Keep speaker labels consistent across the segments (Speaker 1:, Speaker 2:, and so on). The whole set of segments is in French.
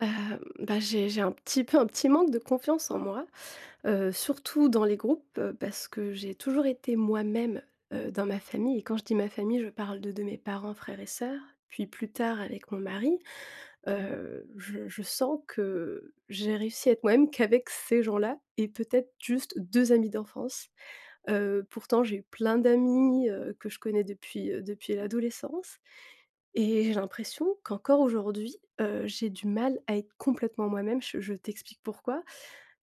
Speaker 1: Hem, bah, j'ai un petit peu un petit manque de confiance en moi, surtout dans les groupes, parce que j'ai toujours été moi-même, dans ma famille et quand je dis ma famille, je parle de mes parents, frères et sœurs, puis plus tard avec mon mari. Je sens que j'ai réussi à être moi-même qu'avec ces gens-là et peut-être juste 2 amis d'enfance. Pourtant j'ai eu plein d'amis, que je connais depuis, depuis l'adolescence et j'ai l'impression qu'encore aujourd'hui, j'ai du mal à être complètement moi-même. Je t'explique pourquoi,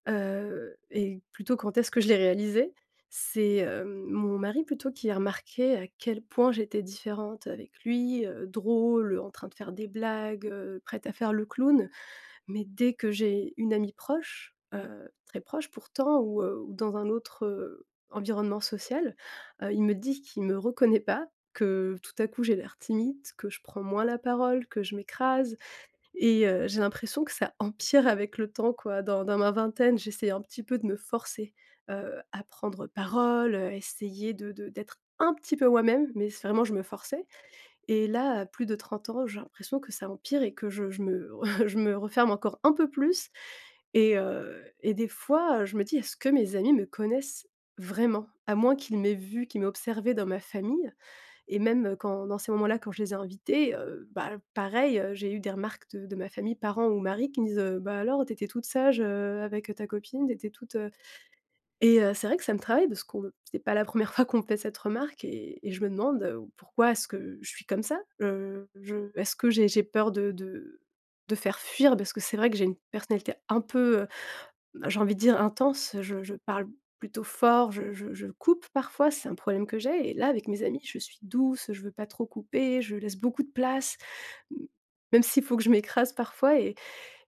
Speaker 1: et plutôt quand est-ce que je l'ai réalisé? C'est, hem, mon mari plutôt qui a remarqué à quel point j'étais différente avec lui, drôle, en train de faire des blagues, prête à faire le clown. Mais dès que j'ai une amie proche, très proche pourtant ou dans un autre, environnement social, il me dit qu'il me reconnaît pas, que tout à coup j'ai l'air timide, que je prends moins la parole, que je m'écrase et j'ai l'impression que ça empire avec le temps quoi. Dans ma vingtaine, j'essayais un petit peu de me forcer, à prendre parole, essayer de d'être un petit peu moi-même, mais c'est vraiment je me forçais et là, à plus de 30 ans, j'ai l'impression que ça empire et que je me je me referme encore un peu plus et des fois, je me dis: «Est-ce que mes amis me connaissent vraiment?» À moins qu'ils m'aient vu, qu'ils m'aient observée dans ma famille et même, quand dans ces moments-là, quand je les ai invités, bah, pareil, j'ai eu des remarques de ma famille, parents ou mari qui me disent, «Bah, alors t'étais toute sage, avec ta copine, t'étais toute, et c'est vrai que ça me travaille parce qu'on c'est pas la première fois qu'on me fait cette remarque et je me demande, pourquoi est-ce que je suis comme ça? Je Est-ce que j'ai peur de faire fuir? Parce que c'est vrai que j'ai une personnalité un peu, j'ai envie de dire intense, je parle plutôt fort, je coupe parfois, c'est un problème que j'ai et là avec mes amis, je suis douce, je veux pas trop couper, je laisse beaucoup de place, m même s'il faut que je m'écrase parfois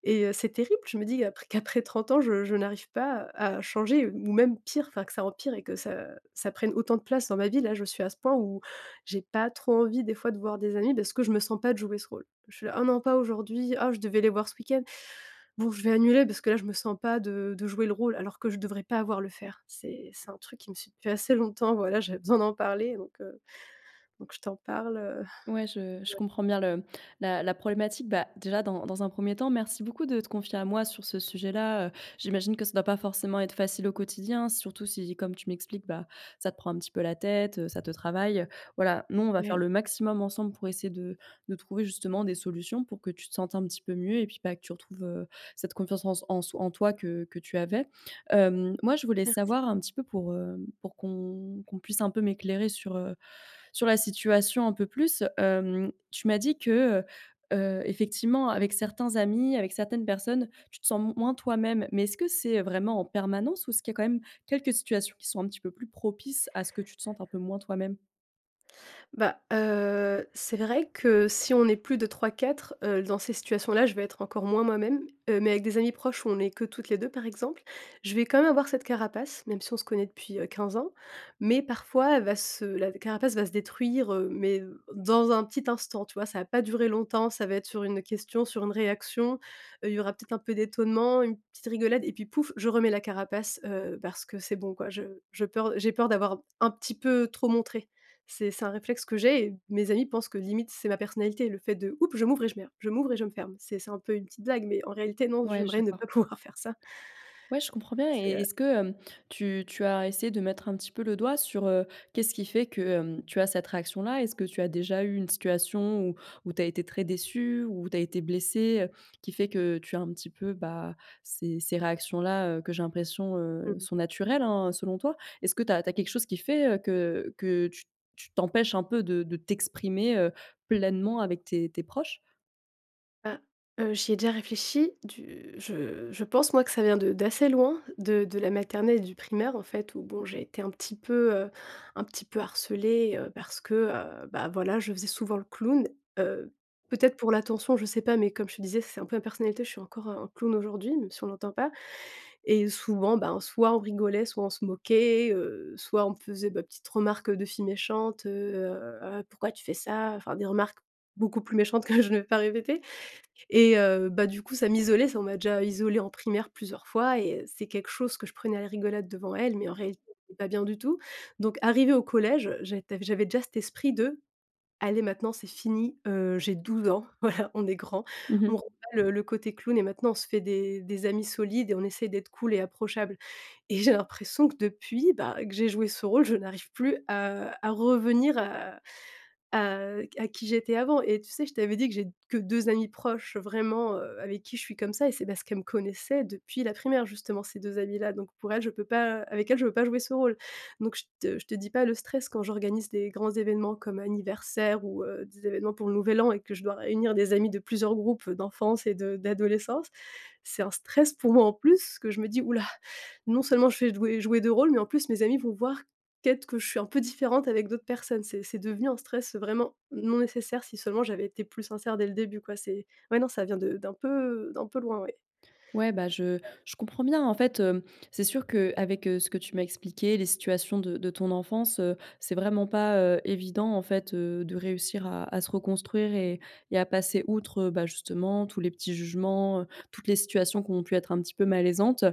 Speaker 1: et c'est terrible, je me dis après qu'après 30 ans, je n'arrive pas à changer ou même pire, enfin que ça empire et que ça ça prenne autant de place dans ma vie. Là, je suis à ce point où j'ai pas trop envie des fois de voir des amis parce que je me sens pas de jouer ce rôle. Je suis là: «Ah non, pas aujourd'hui. Ah, je devais les voir ce week-end. Bon, je vais annuler parce que là, je me sens pas de jouer le rôle», alors que je devrais pas avoir le faire. C'est un truc qui me suit depuis assez longtemps, voilà, j'avais besoin d'en parler donc je t'en parle,
Speaker 2: Ouais, je comprends bien le la la problématique. Bah, déjà dans un premier temps, merci beaucoup de te confier à moi sur ce sujet-là. J'imagine que ça ne doit pas forcément être facile au quotidien, surtout si, comme tu m'expliques, bah, ça te prend un petit peu la tête, ça te travaille, voilà. Nous, on va faire
Speaker 1: ouais.
Speaker 2: le maximum ensemble pour essayer de trouver justement des solutions pour que tu te sentes un petit peu mieux et puis, bah, que tu retrouves, cette confiance en toi que tu avais. Hem, moi, je voulais savoir un petit peu pour qu'on puisse un peu m'éclairer sur, sur la situation un peu plus. Hem, tu m'as dit que, heu effectivement, avec certains amis, avec certaines personnes, tu te sens moins toi-même. Mais est-ce que c'est vraiment en permanence ou est-ce qu'il y a quand même quelques situations qui sont un petit peu plus propices à ce que tu te sentes un peu moins toi-même?
Speaker 1: Bah, c'est vrai que si on est plus de trois quatre dans ces situations-là, je vais être encore moins moi-même, mais avec des amis proches où on est que toutes les 2, par exemple, je vais quand même avoir cette carapace, même si on se connaît depuis, 15 ans. Mais parfois elle va se la carapace va se détruire, mais dans un petit instant, tu vois? Ça va pas durer longtemps, ça va être sur une question, sur une réaction, il y aura peut-être un peu d'étonnement, une petite rigolade et puis pouf, je remets la carapace, parce que c'est bon quoi, je peur j'ai peur d'avoir un petit peu trop montré. C'est un réflexe que j'ai et mes amis pensent que limite c'est ma personnalité, le fait de: «Oups, je m'ouvre et je me ferme». C'est un peu une petite blague, mais en réalité non,
Speaker 2: Ouais, je
Speaker 1: j'aimerais ne
Speaker 2: d'accord.
Speaker 1: pas pouvoir faire ça.
Speaker 2: Ouais, je comprends bien.
Speaker 1: C'est,
Speaker 2: Et
Speaker 1: heu
Speaker 2: est-ce que, hem, tu as essayé de mettre un petit peu le doigt sur, qu'est-ce qui fait que, hem, tu as cette réaction-là? Est-ce que tu as déjà eu une situation où où tu as été très déçu, où tu as été blessé, qui fait que tu as un petit peu, bah, ces réactions-là, que j'ai l'impression,
Speaker 1: mmh mh.
Speaker 2: sont naturelles, hein, selon toi? Est-ce que tu as quelque chose qui fait, que tu tu t'empêches un peu de t'exprimer, pleinement avec tes proches?
Speaker 1: Bah, j'y ai déjà réfléchi du je pense moi que ça vient de d'assez loin, de la maternelle et du primaire en fait où bon, j'ai été un petit peu harcelée, parce que, bah, voilà, je faisais souvent le clown, heu, peut-être pour l'attention, je sais pas, mais comme je te disais, c'est un peu ma personnalité, je suis encore un clown aujourd'hui, même si on l'entend pas. Et souvent, ben, soit on rigolait, soit on se moquait, soit on me faisait ma petite remarque de fille méchante, «Ah, pourquoi tu fais ça?» Enfin des remarques beaucoup plus méchantes que je ne vais pas répéter et bah, du coup, ça m'isolait, ça on m'a déjà isolée en primaire plusieurs fois et c'est quelque chose que je prenais à la rigolade devant elle, mais en réalité, c'était pas bien du tout. Donc arrivée au collège, j'avais déjà cet esprit de: allez maintenant c'est fini, j'ai 12 ans, voilà, on est grand. On rebat le côté clown et maintenant on se fait des amis solides et on essaie d'être cool et approchable et j'ai l'impression que depuis, bah, que j'ai joué ce rôle, je n'arrive plus à revenir à à qui j'étais avant et tu sais, je t'avais dit que j'ai que 2 amis proches vraiment, avec qui je suis comme ça et c'est parce qu'elles me connaissaient depuis la primaire justement ces 2 amis là donc pour elles je peux pas avec elles je peux pas jouer ce rôle donc je te dis pas le stress quand j'organise des grands événements comme anniversaire ou, des événements pour le nouvel an et que je dois réunir des amis de plusieurs groupes d'enfance et de d'adolescence. C'est un stress pour moi en plus que je me dis: oula non seulement je fais jouer 2 rôles mais en plus mes amis vont voir peut-être que je suis un peu différente avec d'autres personnes. C'est devenu un stress vraiment non nécessaire si seulement j'avais été plus sincère dès le début, quoi. C'est ouais, non, ça vient de d'un peu loin, ouais.
Speaker 2: Ouais, bah, je comprends bien. En fait, hem, c'est sûr qu'avec, ce que tu m'as expliqué, les situations de ton enfance, c'est vraiment pas, évident, en fait, de réussir à se reconstruire et à passer outre, bah, justement, tous les petits jugements, toutes les situations qui ont pu être un petit peu malaisantes.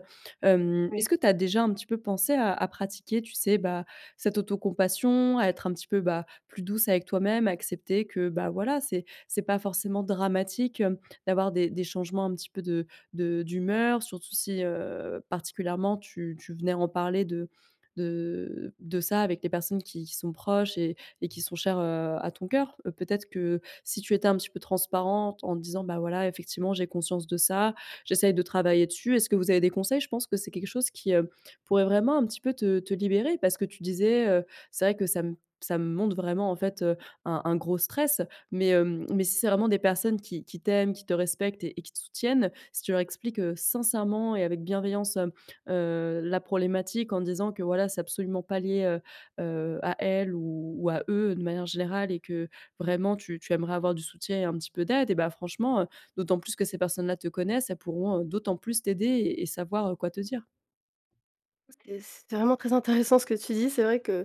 Speaker 2: Hem, est-ce que tu as déjà un petit peu pensé à pratiquer, tu sais, bah, cette autocompassion, à être un petit peu, bah, plus douce avec toi-même, à accepter que, bah, voilà, c'est pas forcément dramatique, hem, d'avoir des changements un petit peu de d'humeur, surtout si, particulièrement tu venais en parler de ça avec les personnes qui sont proches et qui sont chères, à ton cœur. Peut-être que si tu étais un petit peu transparente en disant: «Bah, voilà, effectivement, j'ai conscience de ça, j'essaye de travailler dessus». Est-ce que vous avez des conseils? Je pense que c'est quelque chose qui, pourrait vraiment un petit peu te libérer parce que tu disais, «C'est vrai que ça me montre vraiment, en fait, un gros stress». Mais, hem, mais si c'est vraiment des personnes qui t'aiment, qui te respectent et qui te soutiennent, si tu leur expliques, sincèrement et avec bienveillance, la problématique en disant que voilà, c'est absolument pas lié, à elle ou à eux de manière générale et que vraiment tu aimerais avoir du soutien et un petit peu d'aide et bah, franchement, d'autant plus que ces personnes-là te connaissent, elles pourront, d'autant plus t'aider et savoir, quoi te dire.
Speaker 1: C'est vraiment très intéressant ce que tu dis. C'est vrai que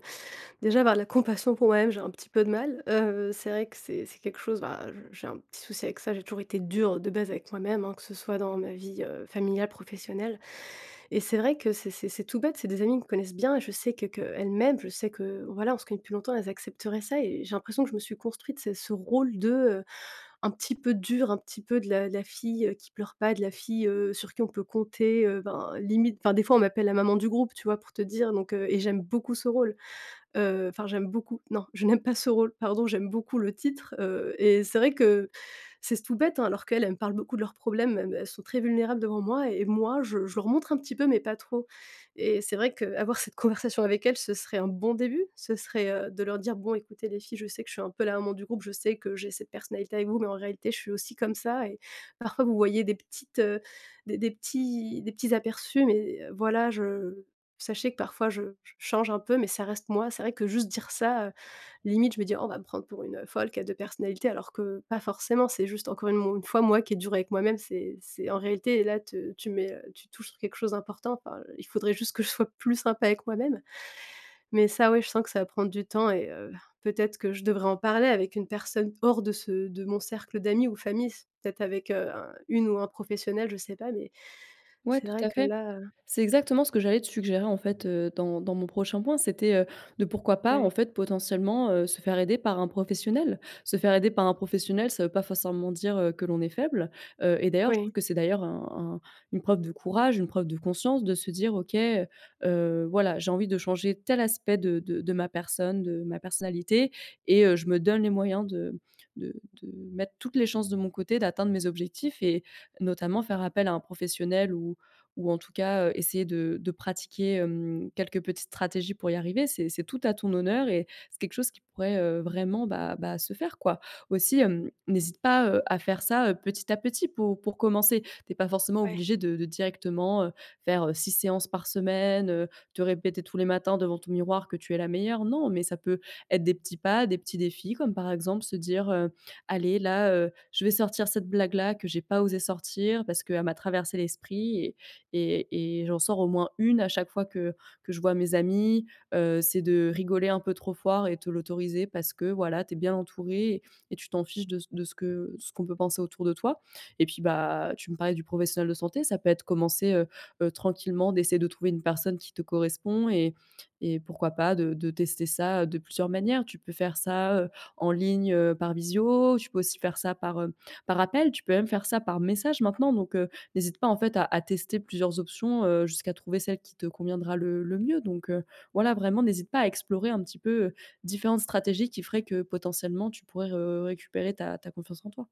Speaker 1: déjà avoir de la compassion pour moi-même, j'ai un petit peu de mal. C'est vrai que c'est quelque chose, bah, je j'ai un petit souci avec ça. J'ai toujours été dure de base avec moi-même, hein, que ce soit dans ma vie, familiale, professionnelle et c'est vrai que c'est tout bête, c'est des amis qui me connaissent bien et je sais que qu'elles m'aiment, je sais que, voilà, on se connaît depuis longtemps, elles accepteraient ça et j'ai l'impression que je me suis construite ce rôle de, un petit peu dure, un petit peu de la fille, qui pleure pas, de la fille, sur qui on peut compter, ben, limite enfin, des fois, on m'appelle la maman du groupe, tu vois, pour te dire et j'aime beaucoup ce rôle. Enfin j'aime beaucoup non, je n'aime pas ce rôle, pardon, j'aime beaucoup le titre, et c'est vrai que c'est tout bête, hein, alors qu'elles, elles me parlent beaucoup de leurs problèmes, elles sont très vulnérables devant moi et moi je leur montre un petit peu mais pas trop et c'est vrai qu'avoir cette conversation avec elles, ce serait un bon début. Ce serait, de leur dire: «Bon écoutez les filles, je sais que je suis un peu la maman du groupe, je sais que j'ai cette personnalité avec vous, mais en réalité je suis aussi comme ça et parfois vous voyez des petites, des petits aperçus mais voilà je sachez que parfois je change un peu, mais ça reste moi. C'est vrai que juste dire ça, limite je me dis: «Oh, on va me prendre pour une, folle qui a 2 personnalités», alors que pas forcément. C'est juste encore une mo une fois moi qui est dur avec moi-même. C'est en réalité là te tu mets, tu touches sur quelque chose d'important. Enfin, il faudrait juste que je sois plus sympa avec moi-même. Mais ça, ouais, je sens que ça va prendre du temps et peut-être que je devrais en parler avec une personne hors de mon cercle d'amis ou famille. Peut-être avec, un une ou un professionnel, je sais pas, mais
Speaker 2: Ouais,
Speaker 1: c'est
Speaker 2: tout
Speaker 1: vrai
Speaker 2: à
Speaker 1: que
Speaker 2: fait.
Speaker 1: là,
Speaker 2: C'est exactement ce que j'allais te suggérer en fait, dans mon prochain point. C'était, de pourquoi pas en
Speaker 1: ouais.
Speaker 2: fait potentiellement, se faire aider par un professionnel. Se faire aider par un professionnel, ça veut pas forcément dire, que l'on est faible, et d'ailleurs je trouve
Speaker 1: Oui.
Speaker 2: que c'est d'ailleurs un une preuve de courage, une preuve de conscience de se dire: «OK, voilà, j'ai envie de changer tel aspect de ma personne, de ma personnalité et je me donne les moyens de de mettre toutes les chances de mon côté d'atteindre mes objectifs», et notamment faire appel à un professionnel ou en tout cas, essayer de pratiquer, hem, quelques petites stratégies pour y arriver. C'est tout à ton honneur et c'est quelque chose qui pourrait, vraiment, bah, se faire, quoi. Aussi, hem, n'hésite pas, à faire ça, petit à petit pour commencer. T'es pas forcément
Speaker 1: Ouais.
Speaker 2: obligé de directement, faire, 6 séances par semaine, te répéter tous les matins devant ton miroir que tu es la meilleure. Non, mais ça peut être des petits pas, des petits défis comme, par exemple, se dire, «Allez là, je vais sortir cette blague-là que j'ai pas osé sortir parce qu'elle m'a traversé l'esprit et et j'en sors au moins une à chaque fois que je vois mes amis, c'est de rigoler un peu trop fort et te l'autoriser parce que, voilà, tu es bien entouré et tu t'en fiches de ce que ce qu'on peut penser autour de toi et puis, bah, tu me parlais du professionnel de santé, ça peut être commencer, tranquillement d'essayer de trouver une personne qui te correspond et pourquoi pas de tester ça, de plusieurs manières. Tu peux faire ça, en ligne, par visio, tu peux aussi faire ça par, par appel, tu peux même faire ça par message maintenant donc, n'hésite pas en fait à tester plusieurs options, jusqu'à trouver celle qui te conviendra le mieux donc voilà, vraiment n'hésite pas à explorer un petit peu, différentes stratégies qui feraient que potentiellement tu pourrais re récupérer ta confiance en toi.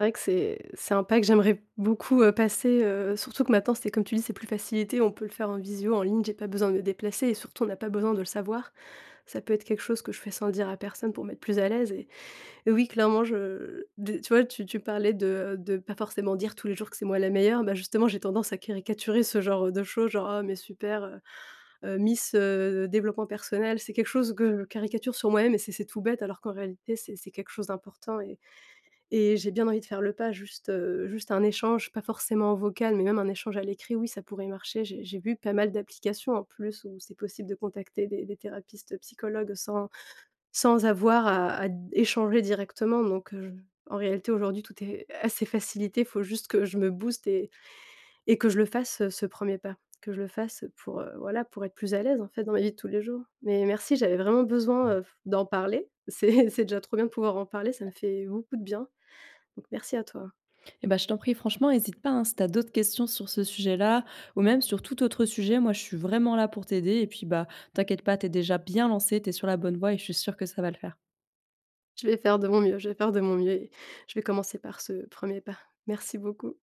Speaker 1: C'est vrai que c'est un pas que j'aimerais beaucoup, passer, surtout que maintenant c'est comme tu dis, c'est plus facilité, on peut le faire en visio, en ligne, j'ai pas besoin de me déplacer et surtout on n'a pas besoin de le savoir. Ça peut être quelque chose que je fais sans le dire à personne pour m'être plus à l'aise et oui clairement je de tu vois, tu parlais de pas forcément dire tous les jours que c'est moi la meilleure, bah, justement j'ai tendance à caricaturer ce genre, de choses, genre: «Oh mais super, miss, développement personnel». C'est quelque chose que je caricature sur moi-même et c'est tout bête alors qu'en réalité c'est quelque chose d'important et j'ai bien envie de faire le pas, juste, juste un échange, pas forcément en vocal, mais même un échange à l'écrit, oui, ça pourrait marcher. J'ai vu pas mal d'applications en plus où c'est possible de contacter des thérapeutes psychologues sans avoir à échanger directement en réalité, aujourd'hui, tout est assez facilité. Il faut juste que je me booste et que je le fasse, ce premier pas, que je le fasse pour, voilà, pour être plus à l'aise, en fait, dans ma vie de tous les jours. Mais merci, j'avais vraiment besoin, d'en parler. C'est c'est déjà trop bien de pouvoir en parler, ça me fait beaucoup de bien, donc merci à toi.
Speaker 2: Et ben je t'en prie, franchement, n'hésite pas, hein, si tu as d'autres questions sur ce sujet-là ou même sur tout autre sujet, moi je suis vraiment là pour t'aider et puis, bah, t'inquiète pas, tu es déjà bien lancé, tu es sur la bonne voie et je suis sûre que ça va le faire.
Speaker 1: Je vais faire de mon mieux, je vais faire de mon mieux et je vais commencer par ce premier pas. Merci beaucoup.